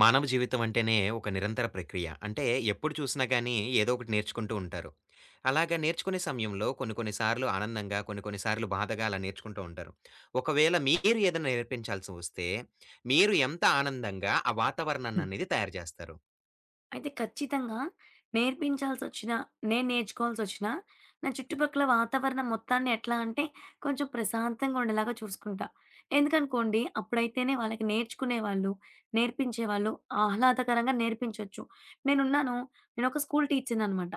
మానవ జీవితం అంటేనే ఒక నిరంతర ప్రక్రియ. అంటే ఎప్పుడు చూసినా గానీ ఏదో ఒకటి నేర్చుకుంటూ ఉంటారు. అలాగా నేర్చుకునే సమయంలో కొన్ని కొన్ని సార్లు ఆనందంగా, కొన్ని కొన్ని సార్లు బాధగా అలా నేర్చుకుంటూ ఉంటారు. ఒకవేళ మీరు ఏదైనా నేర్పించాల్సి వస్తే, మీరు ఎంత ఆనందంగా ఆ వాతావరణాన్ని హ్మ్. అనేది తయారు చేస్తారు? అయితే ఖచ్చితంగా నేర్పించాల్సొచ్చినా, నేను నేర్చుకోవాల్సొచ్చినా, నా చుట్టుపక్కల వాతావరణం మొత్తాన్ని ఎట్లా అంటే, కొంచెం ప్రశాంతంగా ఉండేలాగా చూసుకుంటా. ఎందుకనుకోండి, అప్పుడైతేనే వాళ్ళకి నేర్చుకునేవాళ్ళు, నేర్పించేవాళ్ళు ఆహ్లాదకరంగా నేర్పించొచ్చు. నేనున్నాను, నేనొక స్కూల్ టీచర్‌ననమాట.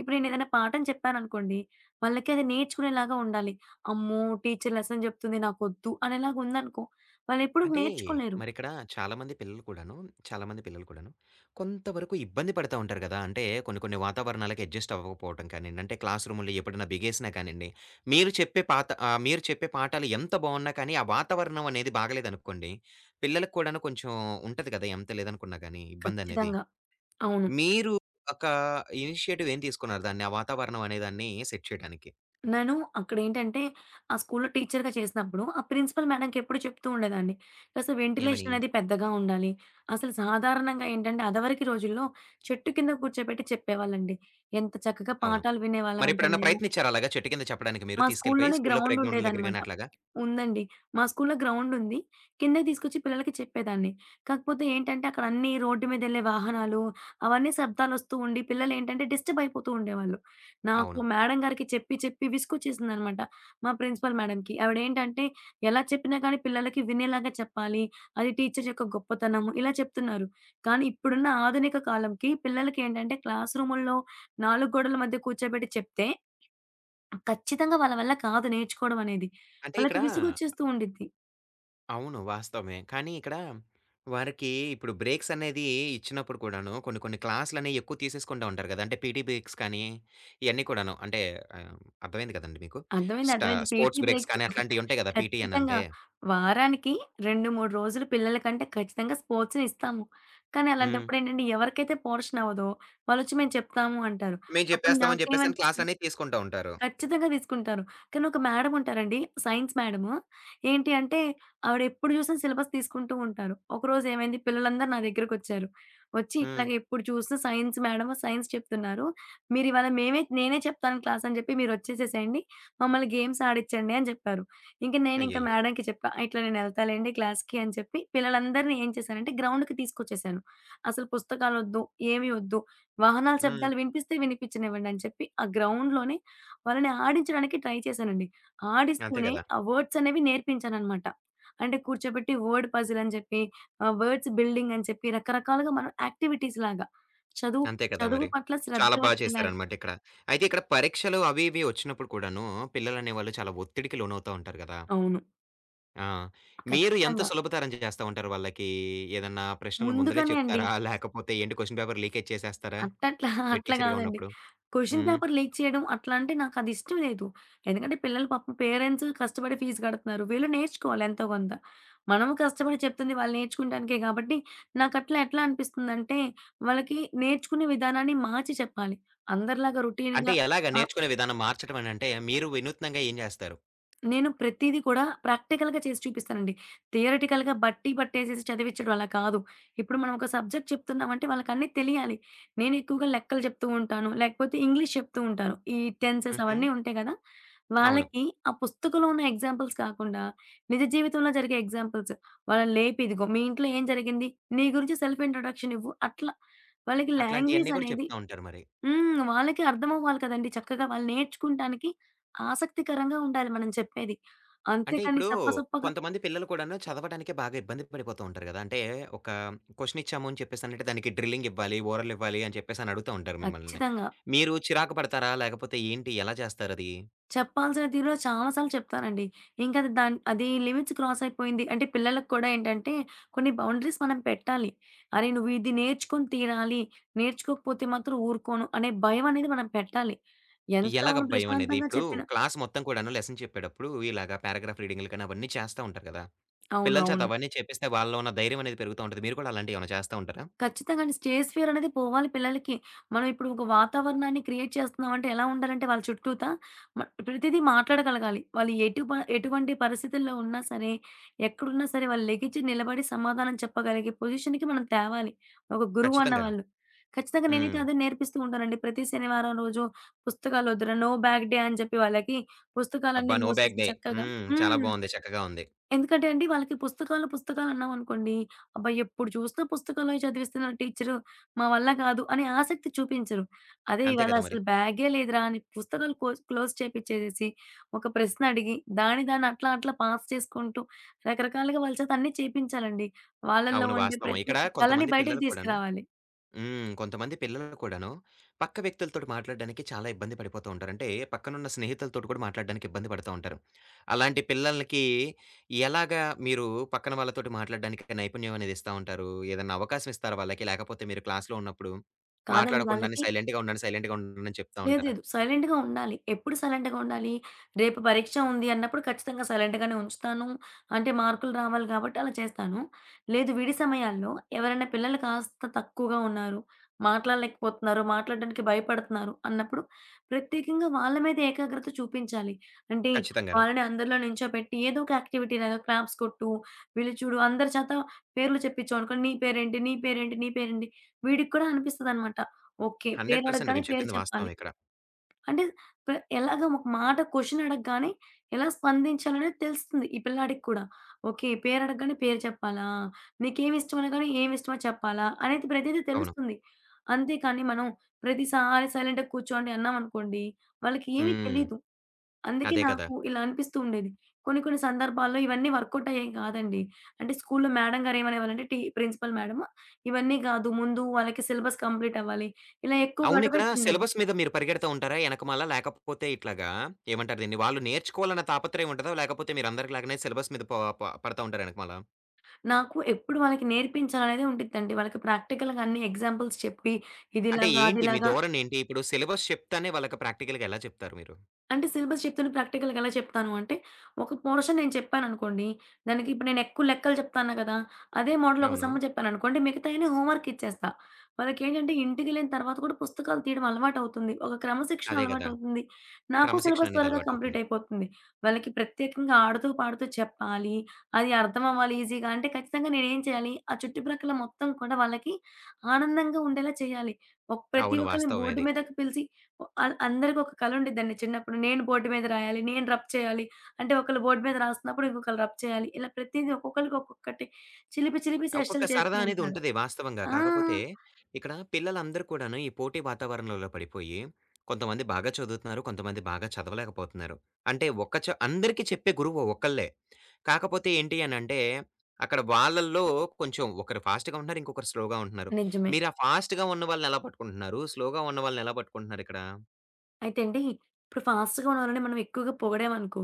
ఇప్పుడు నేనేదైనా పాఠం చెప్పాననుకోండి, వాళ్ళకి అది నేర్చుకునేలాగా ఉండాలి. అమ్మో! టీచర్ లెసన్ చెప్తుంది నాకొద్దు అనేలాగా ఉందనుకో, వాళ్ళెప్పుడు అంటే నేర్చుకోలేరు. మరిక్కడ చాలామంది పిల్లలు కూడాను, చాలామంది పిల్లలు కూడాను కొంతవరకు ఇబ్బంది పడతా ఉంటారు గదా! అంటే కొన్ని కొన్ని వాతావరణాలకి అడ్జస్ట్ అవ్వకపోవటం కానియండి, అంటే క్లాస్ రూముల్లో ఎప్పుడైనా బిగేసినా కానియండి, మీరు చెప్పే పాఠాలు ఎంత బావున్నా కానీ ఆ వాతావరణం అనేది బాగలేదనుకోండి, పిల్లలకి కూడాను కొంచెం ఉంటది గదా! ఎంత లేదనుకున్నా గానీ ఇబ్బందనేది. ఖచ్చితంగా. అవును. మీరు ఒక ఇనిషియేటివ్ ఏం తీసుకున్నారు దాన్ని ఆ వాతావరణం అనేదాన్ని సెట్ చేయడానికి? నేను అక్కడేంటంటే, ఆ స్కూల్‌లో టీచర్‌గా చేసినప్పుడు, ఆ ప్రిన్సిపల్ మేడంకి ఎప్పుడు చెప్తూ ఉండేదాన్ని. కాస్త వెంటిలేషన్ ఏమని? అనేది పెద్దగా ఉండాలి. అసలు సాధారణంగా ఏంటంటే, అదవరికి రోజుల్లో చెట్టు కింద కూర్చోబెట్టి చెప్పేవాళ్ళండి. ఎంత చక్కగా అవును. పాఠాలు వినేవాళ్ళమంటే మరెప్పుడన్నా మేము. ప్రయత్నించారా అలాగా చెట్టు కింద చెప్పడానికి మీరు మా తీసుకెళ్ళిపోయి స్కూల్‌లోనే స్కూల్లో గ్రౌండ్ ప్లేగ్రౌండ్‌ల దగ్గర ఉండేదనమాట. గాని అట్లాగా? ఉందండి. మా స్కూల్‌లో గ్రౌండుంది. కిందకి తీసుకొచ్చి పిల్లలకి చెప్పేదాన్ని. కాకపోతే ఏంటంటే, అక్కడ అన్నీ రోడ్డు మీదెళ్ళే వాహనాలు, అవన్నీ శబ్దాలొస్తూ ఉండి, పిల్లలేంటంటే డిస్టర్బ్ అయిపోతూ ఉండేవాళ్ళు. నాకు అవును. మేడం గారికి చెప్పి, చెప్పి విసుగొచ్చేసిందనమాట. మా ప్రిన్సిపల్ మేడంకి. ఆవిడేంటంటే, ఎలా చెప్పినా కానీ పిల్లలకి వినేలాగా చెప్పాలి. అది టీచర్ యొక్క గొప్పతనము. ఇలా చెప్తున్నారు. కానీ ఇప్పుడున్న ఆధునిక కాలంకి పిల్లలకేంటంటే, క్లాస్ రూముల్లో 4 గోడల మధ్య కూర్చోబెట్టి చెప్తే ఖచ్చితంగా వాళ్ళ వల్ల కాదు నేర్చుకోవడం అనేది. అంటే వాళ్ళకి ఇక్కడ విసుగొచ్చేస్తూ ఉండిద్ది. అవును. వాస్తవమే. కానీ ఇక్కడ వారికి ఇప్పుడు బ్రేక్స్ అనేది ఇచ్చినప్పుడు కూడాను కొన్ని కొన్ని క్లాస్‌లనేయి ఎక్కువ తీసేసుకుంటా ఉంటారు గదా! అంటే పీటీ బ్రేక్స్ కానీ, ఇయన్నీ కూడాను అంటే ఆహ్, అర్థమైంది కదండీ మీకు. అర్థమైంది. స్ట అర్థమైంది. పీటీ స్పోర్ట్స్ బ్రేక్స్ బ్రేక్స్ కానీ అట్లాంటియి ఉంటాయి గదా! పీటీ ఖచ్చితంగా. అనంటే. వారానికి 2, 3 రోజులు పిల్లలకంటే ఖచ్చితంగా స్పోర్ట్స్‌ని ఇస్తాము. కానీ హ్మ్. అలాంటప్పుడేంటంటే ఎవరికైతే పోర్షన్ అవ్వదో వాళ్ళొచ్చి మేము చెప్తాము అంటారు. మేము అప్పుడు జెప్పేస్తాం అని జెప్పేసని నాకేమనిపిస్తుంది, క్లాస్‌లనేయి తీసుకుంటా ఉంటారు. ఖచ్చితంగా తీసుకుంటారు. కానీ ఒక మేడమ్ ఉంటారండి. Science madam. ఏంటి అంటే ఆవిడ ఎప్పుడు చూసినా సిలబస్ తీసుకుంటూ ఉంటారు. ఒకరోజు ఏమైంది, పిల్లలందరూ నా దగ్గరకొచ్చారు. వచ్చి హ్మ్. ఇట్లాగ ఎప్పుడు చూసినా సైన్స్ మేడమ్ సైన్స్ చెప్తున్నారు. మీరివాళ నేనే చెప్తాను క్లాస్ అని చెప్పి మీరొచ్చేసేసేయండి. మమ్మల్ని గేమ్స్ ఆడిచ్చండి అని చెప్పారు. ఇంక అయ్యయ్యో! మేడమ్‌కి చెప్పా. ఇట్లా నేనెళ్తాలేండి క్లాస్‌కి అని చెప్పి పిల్లలందరిని ఏం చేశానంటే గ్రౌండ్‌కి తీసుకొచ్చేసాను. అసలు పుస్తకాలొద్దు, ఏమి వద్దు. వాహనాల హ్మ్. శబ్దాలు వినిపిస్తే వినిపించనివ్వండి అని చెప్పి ఆ గ్రౌండ్‌లోనే వాళ్ళని ఆడించడానికి ట్రై చేశానండి. అంతే ఆడిస్తూనే గదా! ఆ వర్డ్స్ అనేవి నేర్పించాననమాట. అంటే కూర్చోబెట్టి వర్డ్ పజిల్ అని చెప్పి, వర్డ్స్ బిల్డింగ్ అని చెప్పి రకరకాలుగా మనం యాక్టివిటీస్ లాగా చదువు అంతే కదా చదువు మరి. పట్ల శ్రద్ధ చాలా బా వచ్చేలాగా. చేశారనమాట ఇక్కడ. అయితే ఇక్కడ పరీక్షలు అవి ఇవి ఒచ్చినప్పుడు కూడాను పిల్లలనేవాళ్ళు చాలా ఒత్తిడికి లోనవుతా ఉంటారు గదా! అవును. ఆ! మీరు ఎంత ఖచ్చితంగా. సులభతరం చేస్తా ఉంటారు వాళ్ళకి? ఏదన్నా ప్రశ్నలు ముందలే ముందుగానే అండి. చెప్తారా? లేకపోతే ఏంటి క్వెషన్ పేపర్ లీకేజ్ చేసేస్తారా? అట్టట్లా మీరు అట్లా టీచర్‌గా గాదండి. ఉన్నప్పుడు? క్వెషన్ హ్మ్. పేపర్ లీక్ చేయడం అట్లా అంటే నాకదిష్టం లేదు. ఎందుకంటే పిల్లలు పాపం పేరెంట్స్ కష్టపడి ఫీజు గడుతున్నారు. వీళ్ళు నేర్చుకోవాలి ఎంతో కొంత. మనము కష్టపడి చెప్తుంది వాళ్ళు నేర్చుకుంటానికే గాబట్టి, నాకట్లా ఎట్లా అనిపిస్తుందంటే, వాళ్ళకి నేర్చుకునే విధానాన్ని మార్చి చెప్పాలి. అందరిలాగా అంటే రొటీన్‌గా. ఎలాగా ఆ! నేర్చుకునే విధానం మార్చడం అనంటే మీరు వినూత్నంగా ఏం చేస్తారు? నేను ప్రతీది కూడా ప్రాక్టికల్‌గా చేసి చూపిస్తానండి. థియరిటికల్‌గా బట్టి పట్టేసేసి చదివిచ్చడం అలా కాదు. ఇప్పుడు మనం ఒక సబ్జెక్ట్ చెప్తున్నామంటే వాళ్ళకన్నీ తెలియాలి. నేను ఎక్కువగా లెక్కలు చెప్తూ ఉంటాను. లేకపోతే ఇంగ్లీష్ చెప్తూ ఉంటాను. ఈ టెన్సెస్ హుహు. అవన్నీ ఉంటాయి కదా! అవును. వాళ్ళకి ఆ పుస్తకంలో ఉన్న ఎగ్జాంపుల్స్ కాకుండా నిజ జీవితంలో జరిగే ఎగ్జాంపుల్స్. వాళ్ళని లేపి ఇదిగో మీ ఇంట్లో ఏం జరిగింది? నీ గురించి సెల్ఫ్ ఇంట్రొడక్షన్ ఇవ్వు. అట్లా వాళ్ళకి అట్లాంటియన్నీ లాంగ్వేజ్ కూడా అనేది. చెప్తా ఉంటారు మరి. హ్మ్. వాళ్ళకి అర్థమవ్వాలి కదండీ! చక్కగా వాళ్ళు నేర్చుకుంటానికి ఆసక్తికరంగా ఉండాలి మనం చెప్పేది. అంటే అంతేకాని ఇప్పుడు సప్పసప్పగా. కొంతమంది పిల్లలు కూడాను చదవడానికే బాగా ఇబ్బంది పడిపోతూ ఉంటారు గదా! అంటే ఒక క్వెషన్ ఇచ్చాము అని చెప్పేసనంటే దానికి డ్రిల్లింగ్ ఇవ్వాలి, ఓరల్ ఇవ్వాలి అని చెప్పేసని అడుగుతా ఉంటారు మిమ్మల్ని. ఖచ్చితంగా. మీరు చిరాకు పడతారా? లేకపోతే ఏంటి ఎలా చేస్తారది? చెప్పాల్సిన తీరులో చాలా సార్లు చెప్తానండి. ఇంకది అది లిమిట్స్ క్రాస్ అయిపోయింది అంటే పిల్లలకి కూడా ఏంటంటే కొన్ని బౌండరీస్ మనం పెట్టాలి. అరే! నువ్వు ఇది నేర్చుకొని తీరాలి. నేర్చుకోకపోతే మాత్రం ఊరుకోను అనే భయం అనేది మనం పెట్టాలి. ఎంత ఎలాగ మనం భయమనేది? ప్రశాంతంగా ఇప్పుడు చెప్పినా. క్లాస్ మొత్తం కూడాను లెసన్ చెప్పేటప్పుడు ఇలాగ పారాగ్రాఫ్ రీడింగులు కానీ అవన్నీ చేస్తా ఉంటారు కదా! పిల్లల చేత అవునవును. అవన్నీ చేపిస్తే వాళ్ళలో ఉన్న ధైర్యం అనేది పెరుగుతా ఉంటది. మీరు కూడా అలాంటివి ఏమైనా చేస్తా ఉంటారా? ఖచ్చితంగా అండి. స్టేజ్ ఫియర్ అనేది పోవాలి పిల్లలకి. మనం ఇప్పుడు ఒక వాతావరణాన్ని క్రియేట్ చేస్తున్నామంటే ఎలా ఉండాలంటే వాళ్ళ చుట్టూత మ ప్రతిదీ మాట్లాడగలగాలి. వాళ్ళు ఎటువంటి పరిస్థితుల్లో ఉన్నా సరే, ఎక్కడున్నా సరే వాళ్ళు లెగిచి నిలబడి సమాధానం చెప్పగలిగే పొజిషన్‌కి మనం తేవాలి. ఒక గురువు ఖచ్చితంగాను. అన్నవాళ్ళు. ఖచ్చితంగా నేనైతే హ్మ్. అదే నేర్పిస్తూ ఉంటానండి. ప్రతి శనివారం రోజు పుస్తకాలొద్దురా, నో బ్యాగ్ డే అని చెప్పి వాళ్ళకి అబ్బా! పుస్తకాలన్నీ నో బ్యాక్ మూసేసి డే. చక్కగా. హ్మ్. చాలా హ్మ్. బావుంది. చక్కగా ఉంది. ఎందుకంటే అండి, వాళ్ళకి పుస్తకాలు, పుస్తకాలు అన్నామనుకోండి, అబ్బా! ఎప్పుడు చూసినా పుస్తకాలే చదివిస్తున్నారు టీచరు, మా వల్ల కాదు అనే ఆసక్తి చూపించరు. అదే అంతే ఇవాళ కదా మరి. అసలు బ్యాగే లేదురా అని పుస్తకాలు క్లోజ్ చేపిచ్చేసేసి, ఒక ప్రశ్న అడిగి, దాన్ని దాన్ని అట్లా అట్లా పాస్ చేసుకుంటూ, రకరకాలుగా వాళ్ళ చేత అన్నీ చేపించాలండి. వాళ్ళలో అవును. ఉండే వాస్తవం. ప్రతి ఇక్కడ ఒక్క కళని కొంతమంది బయటకు పిల్లలు కూడాను తీసుకురావాలి. హ్మ్. కొంతమంది పిల్లలు కూడాను, పక్క వ్యక్తులతోటి మాట్లాడడానికి చాలా ఇబ్బంది పడిపోతూ ఉంటారు. అంటే పక్కనున్న స్నేహితులతోటి కూడా మాట్లాడడానికి ఇబ్బంది పడతా ఉంటారు. అలాంటి పిల్లలకి ఎలాగా మీరు పక్కన వాళ్ళతోటి మాట్లాడడానికి నైపుణ్యం అనేది ఇస్తా ఉంటారు? ఏదన్నా అవకాశం ఇస్తారా వాళ్ళకి? లేకపోతే మీరు క్లాస్‌లో ఉన్నప్పుడు కాదండి మాట్లాడకుండానే వాళ్ళకి. సైలెంట్‌గా ఉండండి అని చెప్తా లేదు. ఉంటారా? లేదు. సైలెంట్‌గా ఉండాలి. ఎప్పుడు సైలెంట్‌గా ఉండాలి? రేపు పరీక్ష ఉంది అన్నప్పుడు ఖచ్చితంగా సైలెంట్‌గానే ఉంచుతాను. అంటే మార్కులు రావాలి కాబట్టి అలా చేస్తాను. లేదు విడి సమయాల్లో ఎవరైనా పిల్లలు కాస్త తక్కువగా ఉన్నారు, మాట్లాడలేకపోతున్నారు, మాట్లాడడానికి భయపడుతున్నారు అన్నప్పుడు ప్రత్యేకంగా వాళ్ళ మీద ఏకాగ్రత చూపించాలి. అంటే ఖచ్చితంగాను. వాళ్ళని అందరిలో నించోపెట్టి ఏదో ఒక యాక్టివిటీ లాగా క్లాప్స్ కొట్టు, వీళ్ళు చూడు అందరి చేత పేర్లు చెప్పించాం అనుకో. నీ పేరేంటి? నీ పేరేంటి? నీ పేరేంటి? వీడికి కూడా అనిపిస్తదనమాట. ఓకే. పేరు 100% అడగగానే మీరు పేరు చెప్పింది చెప్పాలి. వాస్తవం ఇక్కడ. అంటే ప్ర ఎలాగా ఒక మాట క్వెషన్ అడగగానే ఎలా స్పందించాలనేది తెలుస్తుంది ఈ పిల్లాడికి కూడా. ఓకే. పేరు అడగగానే పేరు చెప్పాలా? నీకేమి ఇష్టం అనగానే ఏమి ఇష్టమో చెప్పాలా? అనేది ప్రతీదీ అవును. తెలుస్తుంది. అంతేకానీ మనం ప్రతిసారి సైలెంట్‌గా కూర్చోండి అన్నామనుకోండి, వాళ్ళకి ఏమీ హ్మ్. తెలీదు. అందుకే అదే కదా! నాకు ఇలా అనిపిస్తూ ఉండేది. కొన్ని కొన్ని సందర్భాల్లో ఇవన్నీ వర్కౌట్ అయ్యేవి కాదండి. అంటే స్కూల్‌లో మేడం గారు ఏమనేవాళ్ళంటే ప్రిన్సిపల్ మేడము, ఇవన్నీ కాదు ముందు వాళ్ళకి సిలబస్ కంప్లీట్ అవ్వాలి. ఇలా ఎక్కువగా అవును. ఇక్కడ అటువైపు ఉండేది. సిలబస్ మీద మీరు పరిగెడతా ఉంటారా ఎనకమాల? లేకపోతే ఇట్లాగా ఏమంటారు దీన్ని? వాళ్ళు నేర్చుకోవాలన్న తాపత్రయం ఉంటదా? లేకపోతే మీరందరిలాగానే సిలబస్ మీద ప ప పడతా ఉంటారా ఎనకమాల? నాకు ఎప్పుడు వాళ్ళకి నేర్పించాలనేదే ఉండిద్దండి. వాళ్ళకి ప్రాక్టికల్‌గా అన్ని ఎగ్జాంపుల్స్ చెప్పి అంటే ఇదిలాగా, ఏంటి మీ అదిలాగా. ధోరణి ఏంటి? ఇప్పుడు సిలబస్ చెప్తానే వాళ్ళకి ప్రాక్టికల్‌గా ఎలా చెప్తారు మీరు? అంటే సిలబస్ చెప్తున్న ప్రాక్టికల్‌గా ఎలా చెప్తాను అంటే, ఒక పోర్షన్ నేను చెప్పాననుకోండి, దానికి ఇప్పుడు నేను ఎక్కువ లెక్కలు చెప్తాను కదా! అదే మోడల్ ఒక అవును. సమ్ చెప్పాననుకోండి, మిగతాయన్నీ హోంవర్క్ ఇచ్చేస్తా. వాళ్ళకేంటంటే ఇంటికెళ్ళిన తర్వాత కూడా పుస్తకాలు తీయడం అలవాటవుతుంది. ఒక క్రమశిక్షణ అదే గదా! అలవాటవుతుంది. నాకు క్రమశిక్షణ సిలబస్ అనేది త్వరగా కంప్లీట్ అలవాటవుతుంది. అయిపోతుంది. వాళ్ళకి ప్రత్యేకంగా ఆడుతూ, పాడుతూ చెప్పాలి. అది అర్థమవ్వాలి ఈజీగా అంటే ఖచ్చితంగా నేనేం చేయాలి, ఆ చుట్టుప్రక్కల మొత్తం కూడా వాళ్ళకి ఆనందంగా ఉండేలా చేయాలి. ప్రతి అవును. ఒక్కళ్ళని వాస్తవమే బోర్డ్ అది. మీదకి పిలిచి అందరికి ఒక కల ఉండిద్దండి చిన్నప్పుడు. నేను బోర్డ్ మీద రాయాలి, నేను రబ్ చేయాలి. అంటే ఒకళ్ళు బోర్డ్ మీద రాస్తున్నప్పుడు ఇంకొకళ్ళు రబ్ చేయాలి. ఇలా ప్రతీది ఒక్కొక్కళ్ళకి ఒక్కొక్కటి చిలిపి చిలిపి ఒక్కొక్క చేష్టలు చేస్తూ సరదా అనేది ఉంటారు. ఉంటది వాస్తవంగా. ఆ! కాకపోతే ఇక్కడ పిల్లలందరూ కూడాను ఈ పోటీ వాతావరణంలో పడిపోయి, కొంతమంది బాగా చదువుతున్నారు, కొంతమంది బాగా చదవలేకపోతున్నారు. అంటే ఒక్క అందరికీ చెప్పే గురువు ఒక్కళ్ళే. కాకపోతే ఏంటి అనంటే, అక్కడ వాళ్ళల్లో కొంచెం ఒకరు ఫాస్ట్‌గా ఉంటున్నారు, ఇంకొకరు స్లోగా ఉంటున్నారు. నిజమే. మీరు ఆ ఫాస్ట్‌గా ఉన్న వాళ్ళని ఎలా పట్టుకుంటున్నారు? స్లోగా ఉన్న వాళ్ళని ఎలా పట్టుకుంటున్నారు ఇక్కడ? అయితే అండి ఇప్పుడు ఫాస్ట్‌గా ఉన్నవాళ్ళని మనం ఎక్కువగా పొగిడామనుకో,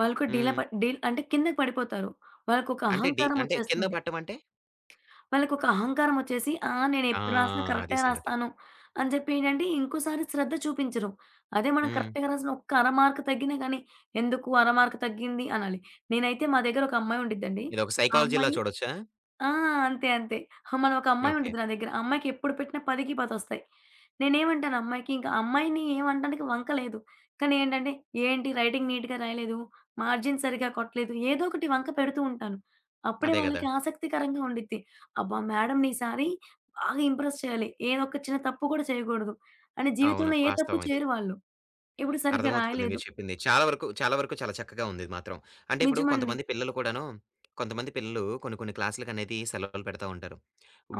వాళ్ళు కూడా డీలా హ్మ్. ప డీల్ అంటే కిందకి పడిపోతారు. వాళ్ళకొక అంటే డి అహంకారం అంటే కింద వచ్చేస్తుంది. పట్టం అంటే? వాళ్ళకొక అహంకారం వచ్చేసి, ఆ! ఆ! నేనెప్పుడు రాసినా అది కరెక్టే సంగతి. రాస్తాను అని చెప్పి ఏంటంటే, ఇంకోసారి శ్రద్ధ చూపించరు. అదే మనం హ్మ్. కరెక్ట్‌గా రాసిన ఒక్క అర మార్క్ తగ్గినా గానీ, ఎందుకు అర మార్క్ తగ్గింది అనాలి. నేనైతే మా దగ్గర ఒక అమ్మాయి ఉండిద్దండి. ఇదొక ఆ సైకాలజీలా అమ్మాయి చూడొచ్చా? ఆ! అంతే. అంతే. మనం ఒక అమ్మాయి ఓకే. ఉండిద్ది నా దగ్గర. ఆ అమ్మాయికి ఎప్పుడు పెట్టినా 10కి 10 వస్తాయి. నేనేమంటాను అమ్మాయికి, ఇంక అమ్మాయిని ఏమనడానికి వంక లేదు. కానీ ఏంటంటే, "ఏంటి రైటింగ్ నీట్‌గా రాయలేదు, మార్జిన్ సరిగ్గా కొట్టలేదు" ఏదో ఒకటి వంక పెడుతూ ఉంటాను. అప్పుడే అదే గదా! వాళ్ళకి ఆసక్తికరంగా ఉండిద్ది. అబ్బా! మేడమ్‌ని ఈసారి బాగా ఇంప్రెస్ చేయాలి. ఏదో ఒక చిన్న తప్పు కూడా చేయకూడదు. అని అవును. జీవితంలో ఏ తప్పు వాస్తవం ఇది. చేయరు వాళ్ళు. ఇప్పుడు సరిగ్గా అర్థమవుతుంది రాయలేదు. మీరు చెప్పింది. చాలా వరకు, చాలా వరకు చాలా చక్కగా ఉంది ఇది మాత్రం. అంటే ఇప్పుడు నిజమండి. కొంతమంది పిల్లలు కూడాను, కొంతమంది పిల్లలు కొన్ని కొన్ని క్లాసులకనేది సెలవులు పెడతా ఉంటారు.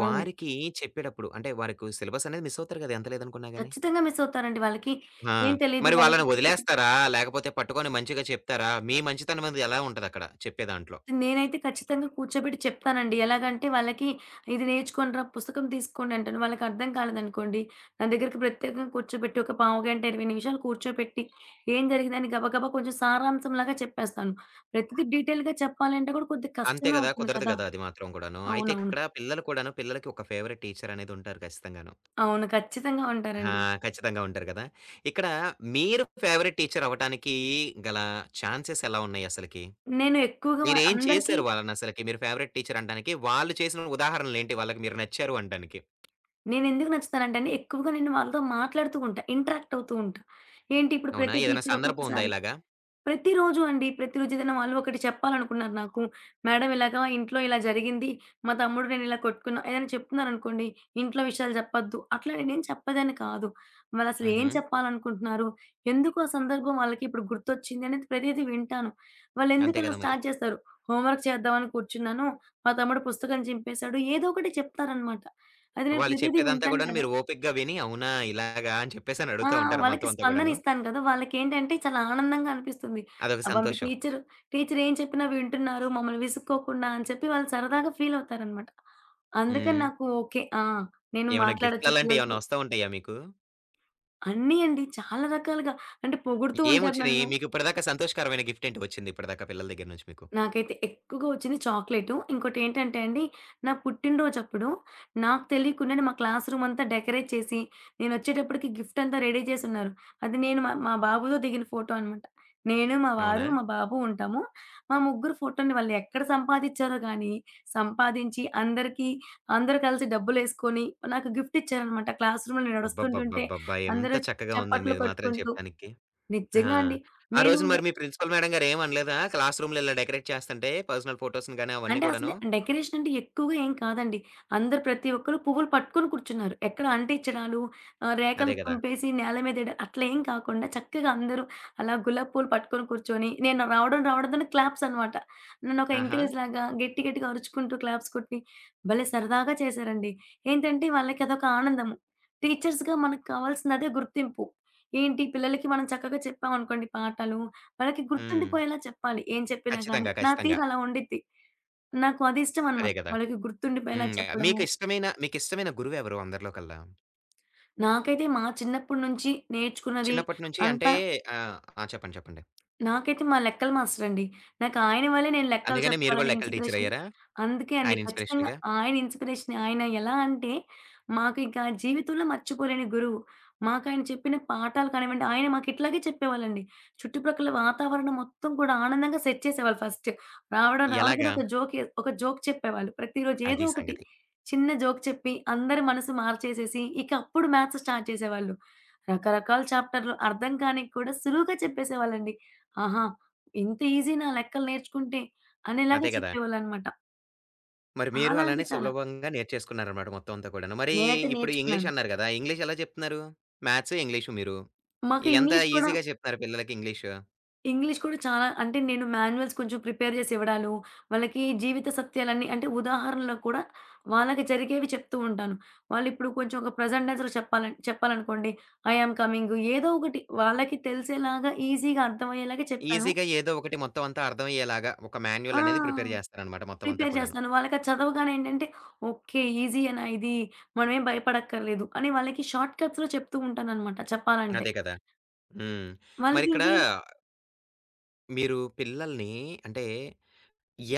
అవును. వారికి చెప్పేటప్పుడు అంటే వారికి సిలబస్ అనేది మిస్ అవుతారు కదా! ఎంత లేదనుకున్నా గాని. ఖచ్చితంగా మిస్ అవుతారండి. వాళ్ళకి ఆ! ఏం తెలీదు. మరి వాళ్ళకి వాళ్ళని వదిలేస్తారా? లేకపోతే పట్టుకొని మంచిగా చెప్తారా? మీ మంచితనం అనేది ఎలా ఉంటదక్కడ చెప్పే దాంట్లో? నేనైతే ఖచ్చితంగా కూర్చోబెట్టి చెప్తానండి. ఎలాగంటే వాళ్ళకి ఇది నేర్చుకోండిరా, పుస్తకం తీసుకోండి అంటాను. వాళ్ళకి అర్థం కాలేదనుకోండి, నా దగ్గరికి ప్రత్యేకంగా కూర్చోబెట్టి ఒక పావుగంట, 20 నిమిషాలు కూర్చోపెట్టి ఏం జరిగిందని గబగబా కొంచెం సారాంశంలాగా చెప్పేస్తాను. ప్రతిదీ డీటెయిల్‌గా చెప్పాలంటే కూడా కొద్దిగా అంతే కష్టమే గదా! అవుతుంది కుదరదు కదా! గదా! అది మాత్రం కూడాను. అయితే అవునవును. ఇక్కడ పిల్లలు కూడాను, పిల్లలకి ఒక ఫేవరెట్ టీచరనేది ఉంటారు ఖచ్చితంగాను. అవును. ఖచ్చితంగా ఆ! ఉంటారండి. ఖచ్చితంగా ఉంటారు కదా! ఇక్కడ మీరు ఫేవరెట్ టీచర్ అవ్వటానికి గల ఛాన్సెస్ ఎలా ఉన్నాయి అసలకి? నేను ఎక్కువగా మీరేం అందరికీ చేశారు వాళ్ళనసలకి? మీరు ఫేవరెట్ టీచర్ అనడానికి వాళ్ళు చేసిన ఉదాహరణలేంటి వాళ్ళకి మీరు నచ్చారు అనడానికి? నేనెందుకు నచ్చుతానంటే అండి, ఎక్కువగా నేను వాళ్ళతో మాట్లాడుతూ ఉంటా. ఇంటరాక్ట్ అవుతూ ఉంటా. ఏంటి ఇప్పుడు అవునా? ప్రతి ఏదైనా టీచర్ సందర్భం ఉందా ఒక్కొక్కసారి ఇలాగా? ప్రతిరోజు అండి. ప్రతిరోజు ఏదైనా వాళ్ళు ఒకటి చెప్పాలనుకున్నారు నాకు. మేడం ఇలాగా ఇంట్లో ఇలా జరిగింది. మా తమ్ముడు నేను ఇలా కొట్టుకున్నా. ఏదైనా చెప్తున్నారనుకోండి, ఇంట్లో విషయాలు చెప్పొద్దు. అట్లా నేనేం చెప్పేదాన్ని కాదు. వాళ్ళసలు ఏం హుహు. చెప్పాలనుకుంటున్నారు? ఎందుకు ఆ సందర్భం వాళ్ళకి ఇప్పుడు గుర్తొచ్చింది అనేది ప్రతీది వింటాను. వాళ్ళెందుకు అంతే అలా కదా మరి. స్టార్ట్ చేస్తారు? హోంవర్క్ చేద్దామని కూర్చున్నాను. మా తమ్ముడు పుస్తకం చింపేశాడు. ఏదో ఒకటి చెప్తారనమాట. అది నేను వాళ్ళు ప్రతీది చెప్పేదంతా వింటాను గూడాను కదా! మీరు ఓపికగా విని అవునా! ఇలాగా అని చెప్పేసని ఆ! అడుగుతా ఉంటారా వాళ్ళకి మొత్తం అంతా స్పందన గూడాను? ఇస్తాను కదా! వాళ్ళకేంటంటే చాలా ఆనందంగా అనిపిస్తుంది. అదొక అబ్బా! మీ సంతోషం. టీచర్ టీచర్ ఏం చెప్పినా వింటున్నారు. మమ్మల్ని విసుక్కోకుండా అని చెప్పి వాళ్ళు సరదాగా ఫీల్ అవుతారనమాట. అందుకని హ్మ్. నాకు ఓకే. ఆ! నేను ఏమైనా మాట్లాడొచ్చు గిఫ్ట్‌లలాంటివి పిల్లలతో. ఏమన్నా వస్తా ఉంటాయా మీకు? అన్నీ అండి చాలా రకాలుగా. అంటే పొగుడుతూ ఉంటారు ఏమొచ్చినాయి? నన్ను. మీకు ఇప్పటిదాకా సంతోషకరమైన గిఫ్ట్ ఏంటి వచ్చింది ఇప్పటిదాకా పిల్లల దగ్గర నుంచి మీకు? నాకైతే ఎక్కువగా వచ్చింది చాక్లెటు. ఇంకోటేంటంటే అండి, నా పుట్టినరోజప్పుడు నాకు తెలియకుండానే మా క్లాస్ రూమ్ అంతా డెకరేట్ చేసి, నేనొచ్చేటప్పటికి గిఫ్ట్ అంతా రెడీ చేసున్నారు. అది నేను మా మా బాబుతో దిగిన ఫోటో అనమాట. నేను, మా వారు, అవునా? మా బాబు ఉంటాము. మా ముగ్గురు ఫోటోని వాళ్ళెక్కడ సంపాదిచ్చారో గానీ, సంపాదించి అందరికీ అందరూ కలిసి డబ్బులేసుకొని, నాకు గిఫ్ట్ ఇచ్చారనమాట. క్లాస్ రూమ్‌లో నేను నడుస్తుంటుంటే అబ్బబ్బబ్బబ్బబ్బా! ఎంత అందరూ చక్కగా ఉందండి చప్పట్లు ఇది మాత్రం కొట్టుకుంటూ చెప్పడానికి. ఆ! నిజంగా అండి. ఆ నేను రోజున మరి మీ ప్రిన్సిపల్ మేడం గారు ఏమనలేదా? క్లాస్ రూమ్‌లు ఇలా డెకరేట్ చేస్తంటే పర్సనల్ ఫోటోస్‌ని గాని అవన్నీ అంటే అసలు కూడాను. డెకరేషన్ అంటే ఎక్కువగా ఏం కాదండి. అందరూ ప్రతి ఒక్కరు పువ్వులు పట్టుకొని కూర్చున్నారు. ఎక్కడ అంటించడాలు, రేఖలు అదే గదా! తుంపేసి నేల మీద ఎయడం అట్లా ఏం కాకుండా చక్కగా అందరూ అలా గులాబీ పూలు పట్టుకొని కూర్చొని నేను రావడం రావడంతోనే క్లాప్స్ అనమాట. నన్ను ఒక ఆహా! ఎంకరేజ్ లాగా గట్టి గట్టిగా అరుచుకుంటూ క్లాప్స్ కొట్టి భలే సరదాగా చేశారండి. ఏంటంటే వాళ్ళకి అదొక ఆనందము. టీచర్స్‌గా మనకు కావాల్సింది అదే గుర్తింపు. ఏంటి పిల్లలకి మనం చక్కగా చెప్పామనుకోండి పాఠాలు, వాళ్ళకి హ్మ్. గుర్తుండిపోయేలా చెప్పాలి. ఏం చెప్పినా గాని. ఖచ్చితంగా. నా ఖచ్చితంగా. తీరు అలా ఉండిద్ది. నాకు అది అదే ఇష్టమనమాట. గదా! వాళ్ళకి గుర్తుండిపోయేలా హ్మ్. చెప్పడము. మీకు ఇష్టమైన మీకిష్టమైన గురువెవరు అందరిలో కల్లా? నాకైతే మా చిన్నప్పటి నుంచి నేర్చుకున్నది చిన్నప్పటి నుంచి అంటే అంతా ఆ! చెప్పండి. చెప్పండి. నాకైతే మా లెక్కల మాస్టరండి. నాకు ఆయన వల్లే నేను లెక్కలు అందుకనే మీరు గూడా చెప్పాలని లెక్కల ఇన్స్‌పిరేషన్. టీచరయ్యారా? అందుకే అండి. ఆయన ఖచ్చితంగా ఇన్‌స్పిరేషన్‌గా? ఆయన ఇన్స్‌పిరేషనే. ఆయన ఎలా అంటే, మాకు ఇక జీవితంలో మర్చిపోలేని గురువు. మాకాయన చెప్పిన పాఠాలు కానివ్వండి, ఆయన మాకు ఇట్లాగే చెప్పేవాళ్ళండి. చుట్టుప్రక్కల వాతావరణం మొత్తం కూడా ఆనందంగా సెట్ చేసేవాళ్ళు ఫస్ట్. రావడం రావడంతోనే ఎలాగా? ఒక జోక్ చెప్పేవాళ్ళు. ప్రతిరోజు ఏదో అది ఒకటి సంగతి. చిన్న జోక్ చెప్పి, అందరి మనసు మార్చేసేసి, ఇక అప్పుడు మ్యాథ్స్ స్టార్ట్ చేసేవాళ్ళు. రకరకాల చాప్టర్‌లు అర్థం కానివి కూడా సులువుగా చెప్పేసేవాళ్ళండి. ఆహా! ఇంత ఈజీనా లెక్కలు నేర్చుకుంటే అనేలాగా అదే గదా! చెప్పేవాళ్ళనమాట. మరి మీరు చాలా అంటే అలానే చాలా. సులభంగా నేర్చేసుకున్నారనమాట మొత్తం అంతా కూడాను. మరి నేనైతే ఇప్పుడు ఇంగ్లీష్ నేర్చుకున్నాను. అన్నారు గదా! ఇంగ్లీష్ ఎలా చెప్తున్నారు? మ్యాథ్స్, ఇంగ్లీషు మీరు. మాకు ఎంత ఇంగ్లీష్ కూడా ఈజీగా చెప్తున్నారు పిల్లలకి ఇంగ్లీషు? ఇంగ్లీష్ కూడా చాలా అంటే నేను మాన్యుయల్స్ కొంచెం ప్రిపేర్ చేసి ఇవ్వడాలు, వాళ్ళకి జీవిత సత్యాలన్నీ అంటే ఉదాహరణలు కూడా వాళ్ళకి జరిగేవి చెప్తూ ఉంటాను. వాళ్ళిప్పుడు కొంచెం ఒక ప్రెజెంట్ డెన్స్‌లో చెప్పాలనుకోండి, ఐ యామ్ కమింగ్ ఏదో ఒకటి వాళ్ళకి తెలిసేలాగా ఈజీగా అర్థమయ్యేలాగా చెప్పాను. ఈజీగా ఏదో ఒకటి మొత్తం అంతా అర్థమయ్యేలాగా ఒక ఆ! మాన్యువల్ అనేది ప్రిపేర్ చేస్తారనమాట మొత్తం అంతా ప్రిపేర్ కూడాను. చేస్తాను. వాళ్ళకది చదవగానే ఏంటంటే, ఓకే. ఈజీయేనా ఇది. మనమేం భయపడక్కర్లేదు అని వాళ్ళకి షార్ట్ కట్స్‌లో చెప్తూ ఉంటాననమాట చెప్పాలంటే. అదే కదా! హ్మ్. వాళ్ళకి మరిక్కడ ఇంకేం మీరు పిల్లల్ని అంటే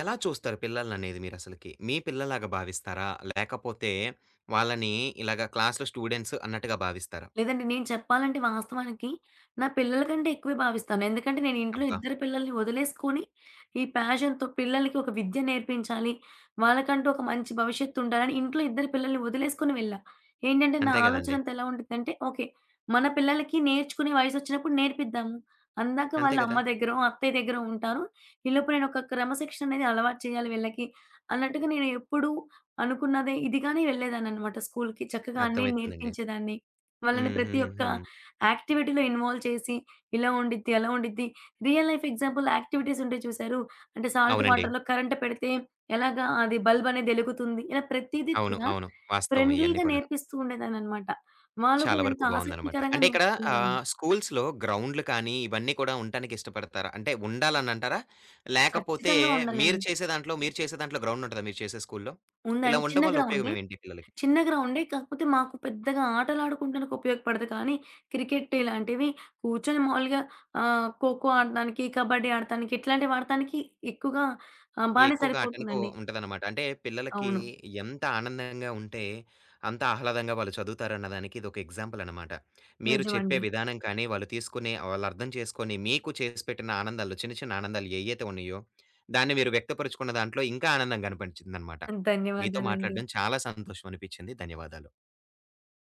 ఎలా చూస్తారు పిల్లలననేది మీరసలకి? మీ పిల్లలాగా భావిస్తారా? లేకపోతే వాళ్ళని ఇలాగ క్లాస్‌లో స్టూడెంట్స్ అన్నట్టుగా భావిస్తారా? లేదండి. నేను చెప్పాలంటే వాస్తవానికి నా పిల్లల కంటే ఎక్కువే భావిస్తాను. ఎందుకంటే నేను ఇంట్లో అబ్బా! ఇద్దరు పిల్లల్ని వదిలేసుకొని ఈ ప్యాషన్‌తో పిల్లలకి ఒక విద్య నేర్పించాలి. వాళ్ళకంటూ ఒక మంచి భవిష్యత్తు ఉండాలని ఇంట్లో ఇద్దరు పిల్లల్ని వదిలేసుకొని వెళ్ళా. ఏంటంటే నా అంతే గదండీ. ఆలోచన అంతా ఎలా ఉండిద్దంటే ఓకే. మన పిల్లలకి నేర్చుకునే వయసొచ్చినప్పుడు నేర్పిద్దాము. అందాక అంతే వాళ్ళ గదా! అమ్మ దగ్గరో, అత్తయ్య దగ్గరో ఉంటారు. ఈలోపు నేను ఒక క్రమశిక్షణ అనేది అలవాటు చేయాలి వీళ్ళకి అన్నట్టుగా నేను ఎప్పుడూ అనుకున్నదే ఇదిగానే వెళ్ళేదాన్ననమాట స్కూల్‌కి. చక్కగా అన్నీ అర్థమవుతుందండి. నేర్పించేదాన్ని. వాళ్ళని హ్మ్. ప్రతి హ్మ్. ఒక్క హ్మ్. యాక్టివిటీలో ఇన్వాల్వ్ చేసి, ఇలా ఉండిద్ది, అలా ఉండిద్ది. రియల్ లైఫ్ ఎగ్జాంపుల్ యాక్టివిటీస్ ఉంటాయి చూసారు? అంటే సాల్ట్ అవునండి. వాటర్‌లో కరెంట్ పెడితే ఎలాగా అది బల్బ్ అనేది ఎలుగుతుంది. ఇలా ప్రతీదీ అవును. కూడా అవును. వాస్తవం ఇయన్నీ ఫ్రెండ్లీగా కూడాను. నేర్పిస్తూ ఉండేదాన్ననమాట. వాళ్ళు చాలా కూడా ఎంత వరకు బావుందనమాట. ఆసక్తికరంగా అంటే ఇక్కడ నేర్చుకునేవాళ్ళు. స్కూల్స్‌లో గ్రౌండ్‌లు కానీ, ఇవన్నీ కూడా ఉండటానికి ఇష్టపడతారా? అంటే ఉండాలనంటారా? లేకపోతే ఖచ్చితంగా ఉండాలండి. మీరు చేసే దాంట్లో గ్రౌండ్ ఉంటదా మీరు చేసే స్కూల్‌లో? ఇలా ఉందండి. చిన్న ఉండడం వల్ల గ్రౌండే. ఉపయోగం ఏంటి పిల్లలకి? చిన్న గ్రౌండే. కాకపోతే మాకు పెద్దగా ఆటలాడుకుంటానికి ఉపయోగపడదు కానీ, క్రికెట్ ఇలాంటివి కూర్చొని మామూలుగా ఖోఖో ఆడటానికి, కబడ్డీ ఆడటానికి, ఇట్లాంటివి వాడటానికి ఎక్కువగా బానే ఎక్కువగా అటెన్‌కో సరిపోతుందండి. ఉంటదనమాట. అంటే పిల్లలకి అవును. ఎంత ఆనందంగా ఉంటే, అంత ఆహ్లాదంగా వాళ్ళు చదువుతారన్న దానికి ఇదొక ఎగ్జాంపుల్ అనమాట. మీరు చెప్పే నిజమండి. విధానం కానీ, వాళ్ళు తీసుకునే వాళ్ళు అర్థం చేసుకొని, మీకు చేసి పెట్టిన ఆనందాలు చిన్న, చిన్న ఆనందాలు ఏయ్యైతే ఉన్నాయో, దాన్ని మీరు వ్యక్తపరుచుకున్న దాంట్లో ఇంకా ఆనందం కనిపించిందనమాట. మీతో ధన్యవాదాలండి. మాట్లాడడం చాలా సంతోషం అనిపించింది. ధన్యవాదాలు.